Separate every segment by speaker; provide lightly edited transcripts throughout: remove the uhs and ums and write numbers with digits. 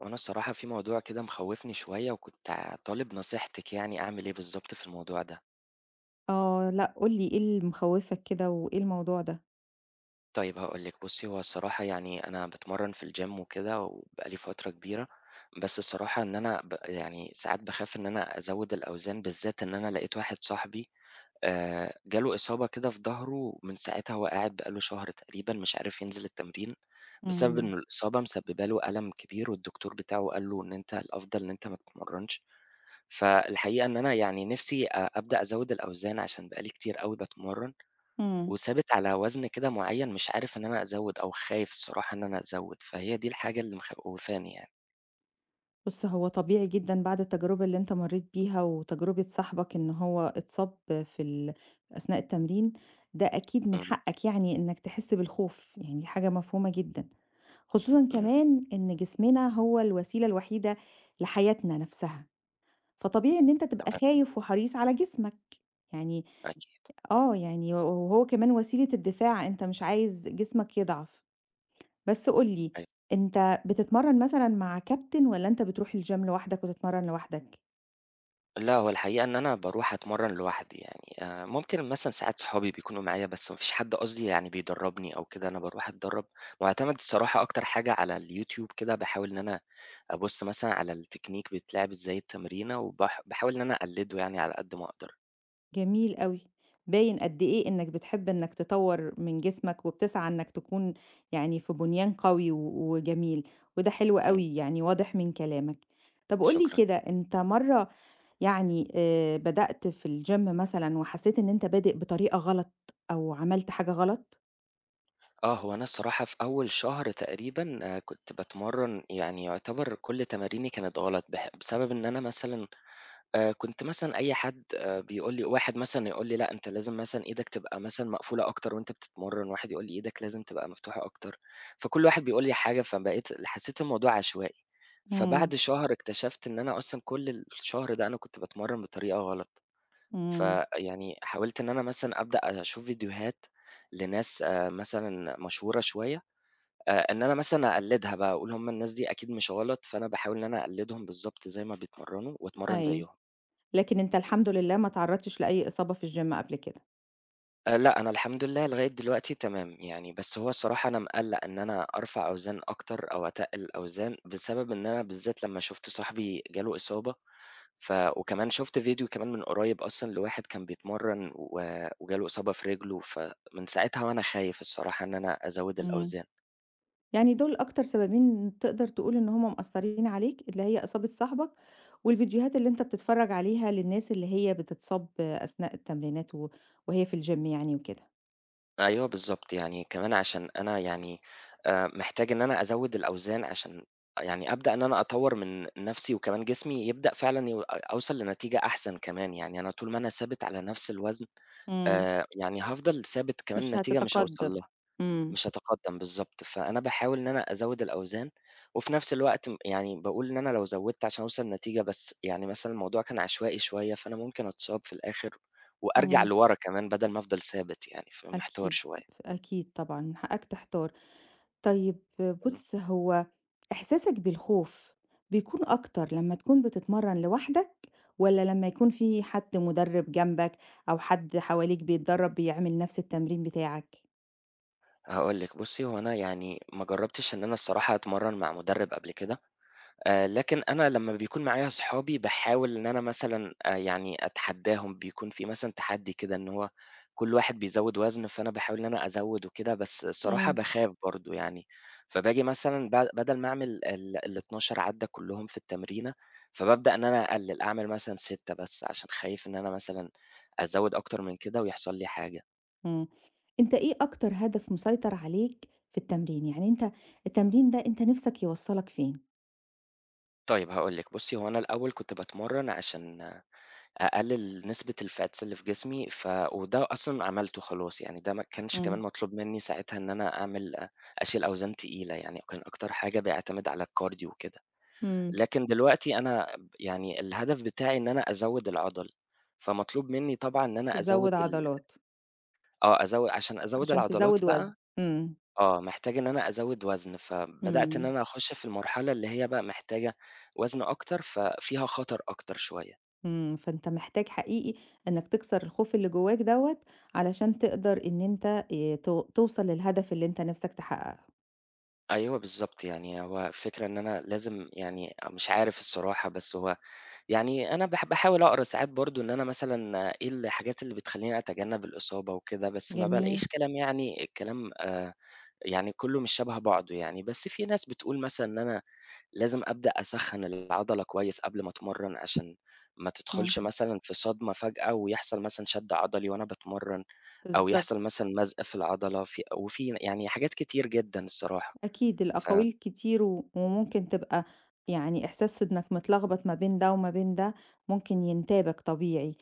Speaker 1: وانا الصراحة في موضوع كده مخوفني شوية وكنت طالب نصيحتك يعني اعمل ايه بالظبط في الموضوع ده.
Speaker 2: آه، لأ، قُل لي إيه اللي مخوّفك كده وإيه الموضوع ده؟
Speaker 1: طيب هقولك بصي، هو الصراحة يعني انا بتمرن في الجيم وكده وبقالي فترة كبيرة، بس الصراحة ان انا يعني ساعات بخاف ان انا ازود الاوزان، بالذات ان انا لقيت واحد صاحبي آه، جاله اصابة كده في ظهره، من ساعتها هو قاعد بقاله شهر تقريبا مش عارف ينزل التمرين بسبب ان
Speaker 2: إمم.
Speaker 1: الاصابة مسببة له الم كبير، والدكتور بتاعه قال له ان انت الافضل ان انت ما تتمرنش. فالحقيقة إن أنا يعني نِفْسي أبدأ أزوِّد الأوزان عشان بقى لي كتير أوي باتمرّن،
Speaker 2: إمم.
Speaker 1: وثابت على وزن كده معيّن، مش عارف إن أنا أزوِّد أو خايف الصراحة إن أنا أزوِّد، فهي دي الحاجة اللي مخوّفاني يعني.
Speaker 2: بُص، هو طبيعي جدًا بعد التجربة اللي أنت مرّيت بيها وتجربة صاحبك إن هو اتصاب في ال أثناء التمرين. ده أكيد من
Speaker 1: إمم.
Speaker 2: حقك يعني إنّك تحس بالخوف، يعني دي حاجة مفهومة جدًا، خصوصًا
Speaker 1: إمم.
Speaker 2: كمان إن جسمنا هو الوسيلة الوحيدة لحياتنا نَفْسها، فطبيعي إن أنت تبقى
Speaker 1: تمام.
Speaker 2: خايف وحريص على جسمك، يعني
Speaker 1: أكيد.
Speaker 2: آه، يعني وهو كمان وسيلة الدفاع، أنت مش عايز جسمك يضعف. بس قُل لي،
Speaker 1: أيوه.
Speaker 2: أنت بتتمرّن مثلًا مع كابتن والّا أنت بتروح الgym لوحدك وتتمرّن لوحدك؟
Speaker 1: لأ، هو الحقيقة إن أنا باروح أتمرّن لوحدي يعني، ممكن مثلًا ساعات صحابي بيكونوا معايا، بس ما فيش حد قصدي يعني بيدرّبني أو كده، أنا باروح أتدرّب، مُعتمد الصراحة أكتر حاجة على اليوتيوب كده، باحاول إن أنا أبُص مثلًا على التكنيك بيتلعب إزاي التمرينة، وباح باحاول إن أنا أقلده يعني على قد ما أقدر.
Speaker 2: جميل أوي، باين قد إيه إنّك بتحب إنّك تطوّر من جسمك وبتسعى إنّك تكون يعني في بُنيان قوي وجميل، وده حلو
Speaker 1: إمم.
Speaker 2: أوي يعني واضح من كلامك. طَب قُل لي
Speaker 1: شكرًا.
Speaker 2: كده، أنت مرّة يعني بدأت في الgym مثلًا وحسّيت إن أنت بادئ بطريقة غلط أو عملت حاجة غلط؟
Speaker 1: آه، هو أنا الصراحة في أول شهر تقريبًا آه، كنت باتمرّن يعني يعتبر كل تماريني كانت غلط، بسبب إن أنا مثلًا كنت مثلًا أي حد بيقول لي، واحد مثلًا يقول لي: "لأ أنت لازم مثلًا إيدك تبقى مثلًا مقفولة أكتر وأنت بتتمرّن." واحد يقول لي: "إيدك لازم تبقى مفتوحة أكتر." فكل واحد بيقول لي حاجة، فبقيت حسّيت الموضوع عشوائي.
Speaker 2: إمم.
Speaker 1: فبعد شهر اكتشفت إن أنا أصلًا كل الشهر ده أنا كنت باتمرّن بطريقة غلط.
Speaker 2: إمم.
Speaker 1: فيعني حاولت إن أنا مثلًا أبدأ أشوف فيديوهات لناس مثلًا مشهورة شوية، إن أنا مثلًا أقلّدها بقى، أقول هم الناس دي أكيد مش غلط، فأنا باحاول إن أنا أقلّدهم بالضبط زي ما بيتمرّنوا وأتمرّن
Speaker 2: أيوه.
Speaker 1: زيّهم.
Speaker 2: لكن أنت الحمد لله ما اتعرّضتش لأي إصابة في الgym قبل كده.
Speaker 1: لأ، أنا الحمد لله لغاية دلوقتي تمام يعني، بس هو الصراحة أنا مقلّق إن أنا أرفع أوزان أكتر أو أتقِّل أوزان، بسبب إن أنا بالذات لمّا شُفت صاحبي جاله إصابة، وكمان شُفت فيديو كمان من قريب أصلًا لواحد كان بيتمرّن و وجاله إصابة في رِجله، فمن ساعتها وأنا خايف الصراحة إن أنا أزوِّد
Speaker 2: إمم.
Speaker 1: الأوزان.
Speaker 2: يعني دول أكتر سببين تقدر تقول إن هم مأثّرين عليك، اللي هي إصابة صاحبك والفيديوهات اللي أنت بتتفرّج عليها للناس اللي هي بتتصاب أثناء التمرينات وهي في الgym يعني وكده.
Speaker 1: أيوه بالضبط، يعني كمان عشان أنا يعني محتاج إن أنا أزوّد الأوزان عشان يعني أبدأ إن أنا أطوّر من نَفْسي، وكمان جسمي يبدأ فعلًا أوصل لنتيجة أحسن كمان، يعني أنا طول ما أنا ثابت على نَفْس الوزن
Speaker 2: إمم.
Speaker 1: يعني هافضل ثابت كمان،
Speaker 2: مش
Speaker 1: النتيجة مش هاوصل
Speaker 2: هتتقدّم.
Speaker 1: لها،
Speaker 2: إمم.
Speaker 1: مش هاتقدّم بالضبط، فأنا باحاول إن أنا أزوّد الأوزان وفي نَفْس الوقت يعني باقول إن أنا لو زوّدت عشان أوصل لنتيجة بس، يعني مثلًا الموضوع كان عشوائي شوية، فأنا ممكن أتصاب في الآخر وأرجع
Speaker 2: إمم.
Speaker 1: لورا كمان بدل ما أفضل ثابت يعني، فمحتار
Speaker 2: أكيد،
Speaker 1: شوية.
Speaker 2: أكيد طبعًا من حقّك تحتار. طيب
Speaker 1: إمم.
Speaker 2: بُص، هو إحساسك بالخوف بيكون أكتر لمّا تكون بتتمرّن لوحدك والّا لمّا يكون في حد مُدرِّب جنبك أو حد حواليك بيتدرّب بيعمل نفس التمرين بتاعك؟
Speaker 1: هاقول لِك بُصّي، هو أنا يعني ما جرّبتش إن أنا الصراحة أتمرّن مع مُدرِّب قبل كده، لكن أنا لمّا بيكون معايا صحابي باحاول إن أنا مثلًا يعني أتحدّاهم، بيكون في مثلًا تحدّي كده إن هو كل واحد بيزوّد وزن، فأنا باحاول إن أنا أزوّد وكده، بس الصراحة
Speaker 2: إمم.
Speaker 1: باخاف برضه يعني، فباجي مثلًا بدل ما أعمل ال12 عَدّة كُلّهم في التمرينة، فبابدأ إن أنا أقلِّل، أعمل مثلًا 6 بس، عشان خايف إن أنا مثلًا أزوّد أكتر من كده ويحصل لي حاجة.
Speaker 2: إمم. أنت إيه أكتر هدف مسيطر عليك في التمرين؟ يعني أنت التمرين ده أنت نِفْسك يوصّلك فين؟
Speaker 1: طيب هاقول لِك، بُصّي هو أنا الأول كنت باتمرّن عشان أقلل نسبة الfats اللي في جسمي، وده أصلًا عملته خلاص، يعني ده ما كانش كمان
Speaker 2: إمم.
Speaker 1: مطلوب مني ساعتها إن أنا أعمل أشيل أوزان تقيلة، يعني كان أكتر حاجة بيعتمد على الكارديو وكده.
Speaker 2: إمم.
Speaker 1: لكن دلوقتي أنا يعني الهدف بتاعي إن أنا أزوّد العضل، فمطلوب مني طبعًا إن أنا
Speaker 2: تزوّد
Speaker 1: أزوّد
Speaker 2: عضلات،
Speaker 1: آه، عشان أزوّد
Speaker 2: عشان
Speaker 1: العضلات
Speaker 2: تزوّد وزن.
Speaker 1: بقى.
Speaker 2: إمم.
Speaker 1: آه، محتاج إن أنا أزوّد وزن، فبدأت إن
Speaker 2: إمم.
Speaker 1: أنا أخُش في المرحلة اللي هي بقى محتاجة وزن أكتر، ففيها خطر أكتر شوية.
Speaker 2: إمم، فأنت محتاج حقيقي إنك تكسر الخوف اللي جواك دوّة، علشان تقدر إن أنت تو توصل للهدف اللي أنت نِفْسك تحققه.
Speaker 1: أيوه بالضبط، يعني هو الفكرة إن أنا لازم يعني مش عارف الصراحة، بس هو يعني أنا باحاول أقرا ساعات برضه إن أنا مثلًا إيه الحاجات اللي بتخلّيني أتجنّب الإصابة وكده، بس ما بالاقيش
Speaker 2: جميل.
Speaker 1: كلام، يعني الكلام يعني كُلّه مش شَبه بعضه يعني، بس في ناس بتقول مثلًا إن أنا لازم أبدأ أسخّن العضلة كويس قبل ما أتمرّن، عشان ما
Speaker 2: إمم.
Speaker 1: تدخلش مثلًا في صدمة فجأة ويحصل مثلًا شد عضلي وأنا باتمرّن، أو يحصل
Speaker 2: بالضبط.
Speaker 1: مثلًا مزق في العضلة في وفي يعني حاجات كتير جدًا الصراحة.
Speaker 2: أكيد
Speaker 1: ف
Speaker 2: الأقاويل كتير وممكن تبقى يعني إحساس إنك متلخبط ما بين ده وما بين ده، ممكن ينتابك طبيعي.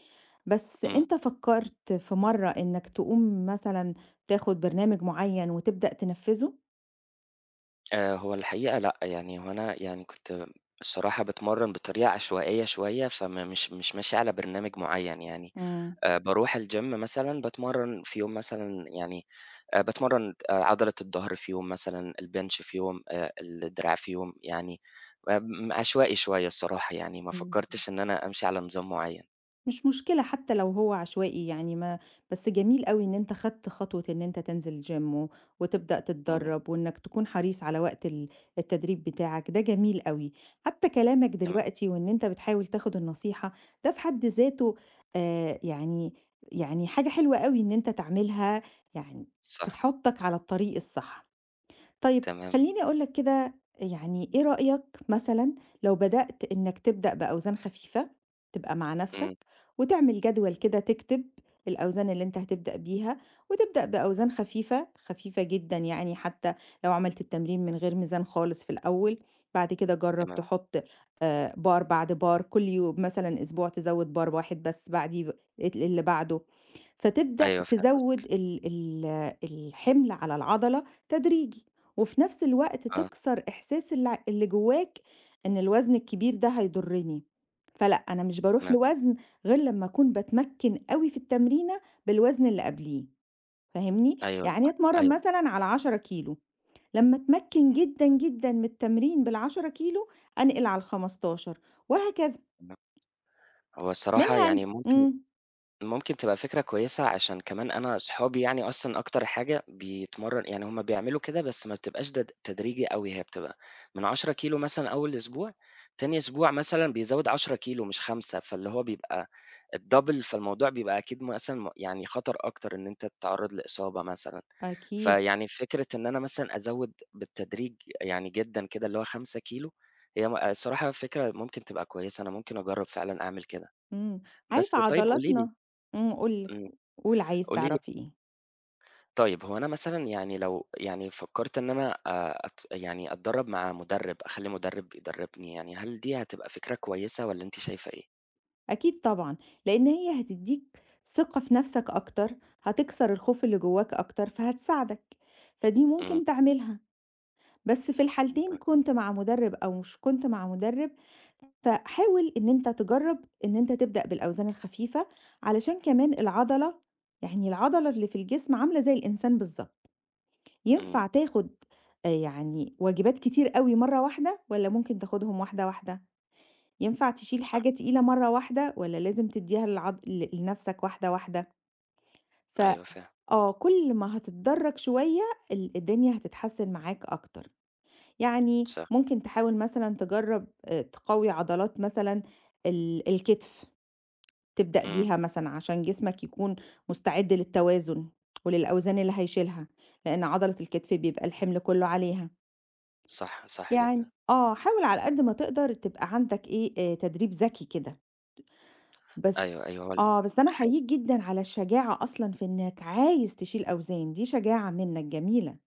Speaker 2: بس
Speaker 1: إمم.
Speaker 2: أنت فكّرت في مرّة إنك تقوم مثلًا تاخد برنامج معيّن وتبدأ تنفّذه؟
Speaker 1: هو الحقيقة لأ، يعني هو أنا يعني كنت الصراحة باتمرّن بطريقة عشوائية شوية، فما مش مش ماشي على برنامج معيّن يعني.
Speaker 2: إمم.
Speaker 1: باروح الgym مثلًا، باتمرّن في يوم مثلًا يعني باتمرّن عضلة الضهر في يوم مثلًا، الbench في يوم، الدراع في يوم، يعني عشوائي شوية الصراحة، يعني ما
Speaker 2: إمم.
Speaker 1: فكّرتش إن أنا أمشي على نظام معيّن.
Speaker 2: مش مشكلة حتى لو هو عشوائي يعني ما. بس جميل أوي إن أنت خدت خطوة إن أنت تنزل جيم وتبدأ
Speaker 1: إمم.
Speaker 2: تتدرب وإنك تكون حريص على وقت التدريب بتاعك ده جميل أوي، حتى كلامك
Speaker 1: تمام.
Speaker 2: دلوقتي وإن أنت بتحاول تاخد النصيحة، ده في حد ذاته آه يعني، يعني حاجة حلوة أوي إن أنت تعملها، يعني
Speaker 1: صح.
Speaker 2: تحطك على الطريق الصح. طيب
Speaker 1: تمام.
Speaker 2: خلّيني أقول لك كده، يعني إيه رأيك مثلًا لو بدأت إنك تبدأ بأوزان خفيفة، تبقى مع نَفْسك
Speaker 1: إمم.
Speaker 2: وتعمل جدول كده تكتب الأوزان اللي أنت هتبدأ بيها، وتبدأ بأوزان خفيفة، خفيفة جدًا، يعني حتى لو عملت التمرين من غير ميزان خالص في الأول، بعد كده جرّب
Speaker 1: تمام.
Speaker 2: تحط بار بعد بار، كل يوم مثلًا أسبوع تزوّد بار واحد بس بعديه ب ال اللي بعده، فتبدأ
Speaker 1: أيوه فاهم قصدِك.
Speaker 2: تزوّد ال ال الحمل على العضلة تدريجي. وفي نفس الوقت
Speaker 1: آه.
Speaker 2: تكسر إحساس اللي جواك إن الوزن الكبير ده هيضرني. فلأ، أنا مش باروح
Speaker 1: تمام.
Speaker 2: لوزن غير لمّا أكون باتمكن أوي في التمرينة بالوزن اللي قبليه، فاهمني؟
Speaker 1: أيوه
Speaker 2: يعني
Speaker 1: صح.
Speaker 2: أتمرن
Speaker 1: أيوه.
Speaker 2: مثلًا على 10 كيلو، لمّا أتمكن جدًا، جدًا من التمرين بال10 كيلو أنقل على ال15 وهكذا.
Speaker 1: تمام. هو الصراحة
Speaker 2: منها ن
Speaker 1: يعني ممكن،
Speaker 2: إمم.
Speaker 1: ممكن تبقى فكرة كويسة، عشان كمان أنا أصحابي يعني أصلًا أكتر حاجة بيتمرن يعني هم بيعملوا كده، بس ما بتبقاش تدريجي أوي، هي بتبقى من 10 كيلو مثلًا أول أسبوع، تاني أسبوع مثلًا بيزوّد 10 كيلو مش 5، فاللي هو بيبقى الدبل، فالموضوع بيبقى أكيد مثلًا يعني خطر أكتر إن أنت تتعرّض لإصابة مثلًا،
Speaker 2: أكيد.
Speaker 1: فيعني فكرة إن أنا مثلًا أزوّد بالتدريج يعني جدًا كده اللي هو 5 كيلو، هي الصراحة فكرة ممكن تبقى كويسة، أنا ممكن أجرّب فعلًا أعمل كده.
Speaker 2: إمم. عارف
Speaker 1: بس طيب قولي لي.
Speaker 2: عضلاتنا. إمم.
Speaker 1: إمم.
Speaker 2: قُل عايز
Speaker 1: قولي لي
Speaker 2: تعرف إيه.
Speaker 1: طيب، هو أنا مثلًا يعني لو يعني فكّرت إن أنا أت يعني أتدرّب مع مُدرِّب، أخلّي مُدرِّب يدرّبني يعني، هل دي هتبقى فكرة كويسة والّا أنتِ شايفة إيه؟
Speaker 2: أكيد طبعًا، لإن هي هتدّيك ثقة في نَفْسك أكتر، هتكسر الخوف اللي جواك أكتر، فهتساعدك، فدي
Speaker 1: إمم.
Speaker 2: ممكن تعملها. بس في
Speaker 1: إمم.
Speaker 2: الحالتين كنت مع مُدرِّب أو مش كنت مع مُدرِّب، فحاول إن أنت تجرّب إن أنت تبدأ بالأوزان الخفيفة، علشان كمان العضلة، يعني العضلة اللي في الجسم عاملة زي الإنسان بالضبط،
Speaker 1: إمم.
Speaker 2: ينفع تاخُد يعني واجبات كتير أوي مرّة واحدة والّا ممكن تاخُدهم واحدة، واحدة؟ ينفع تشيل
Speaker 1: صح.
Speaker 2: حاجة تقيلة مرّة واحدة والّا لازم تدّيها للعض ل لنَفْسك واحدة، واحدة؟ ف
Speaker 1: أيوه فاهم.
Speaker 2: آه، كل ما هتتدرّج شوية الدنيا هتتحسّن معاك أكتر. يعني
Speaker 1: صح.
Speaker 2: ممكن تحاول مثلًا تجرّب تقوي عضلات مثلًا الكتف، تبدأ
Speaker 1: إمم.
Speaker 2: بيها مثلًا عشان جسمك يكون مستعد للتوازن وللأوزان اللي هيشيلها، لإن عضلة الكتف بيبقى الحمل كُلّه عليها.
Speaker 1: صح، صح
Speaker 2: يعني
Speaker 1: جدًا.
Speaker 2: آه، حاول على قد ما تقدر تبقى عندك إيه، تدريب ذكي كده.
Speaker 1: أيوه،
Speaker 2: بس
Speaker 1: أيوه. هو ال
Speaker 2: آه، بس أنا أحييك جدًا على الشجاعة أصلًا في إنك عايز تشيل أوزان، دي شجاعة منك جميلة.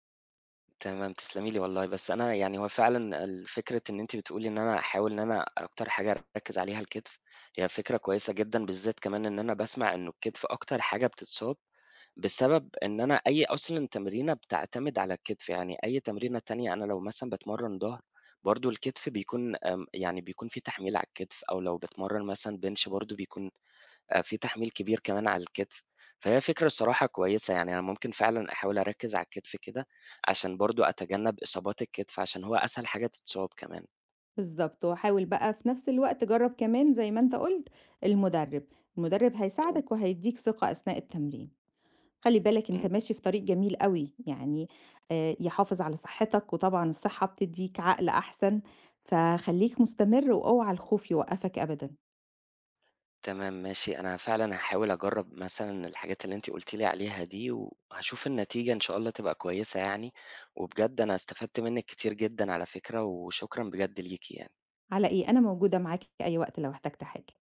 Speaker 1: تمام، تسلمي لي والله، بس أنا يعني هو فعلًا فكرة إن أنتِ بتقولي إن أنا أحاول إن أنا أكتر حاجة أركّز عليها الكتف، هي فكرة كويسة جدًا، بالذات كمان إن أنا باسمع إنه الكتف أكتر حاجة بتتصاب، بسبب إن أنا أصلًا تمرينة بتعتمد على الكتف، يعني أي تمرينة تانية أنا لو مثلًا باتمرّن ضهر، برضه الكتف بيكون يعني بيكون في تحميل على الكتف، أو لو باتمرّن مثلًا بنش برضه بيكون في تحميل كبير كمان على الكتف، فهي فكرة الصراحة كويسة، يعني أنا ممكن فعلًا أحاول أركّز على الكتف كده، عشان برضه أتجنب إصابات الكتف، عشان هو أسهل حاجة تتصاب كمان.
Speaker 2: بالضبط، وأحاول بقى في نفس الوقت جرّب كمان زي ما أنت قُلت المُدرِّب، المُدرِّب
Speaker 1: إمم.
Speaker 2: هيساعدك وهيدّيك ثقة أثناء التمرين. خلّي بالك أنت
Speaker 1: إمم.
Speaker 2: ماشي في طريق جميل أوي، يعني يحافظ على صحّتك وطبعًا الصحّة بتدّيك عقل أحسن، فخلّيك مستمر وأوعى الخوف يوقّفك أبدًا.
Speaker 1: تمام ماشي، أنا فعلًا هاحاول أجرّب مثلًا الحاجات اللي أنتِ قُلتِ لي عليها دي، وهاشوف النتيجة إن شاء الله تبقى كويسة يعني، وبجد أنا استفدت منِّك كتير جدًا على فكرة، وشكرًا بجد ليكِ يعني.
Speaker 2: على إيه، أنا موجودة معاك في أي وقت لو احتجت حاجة.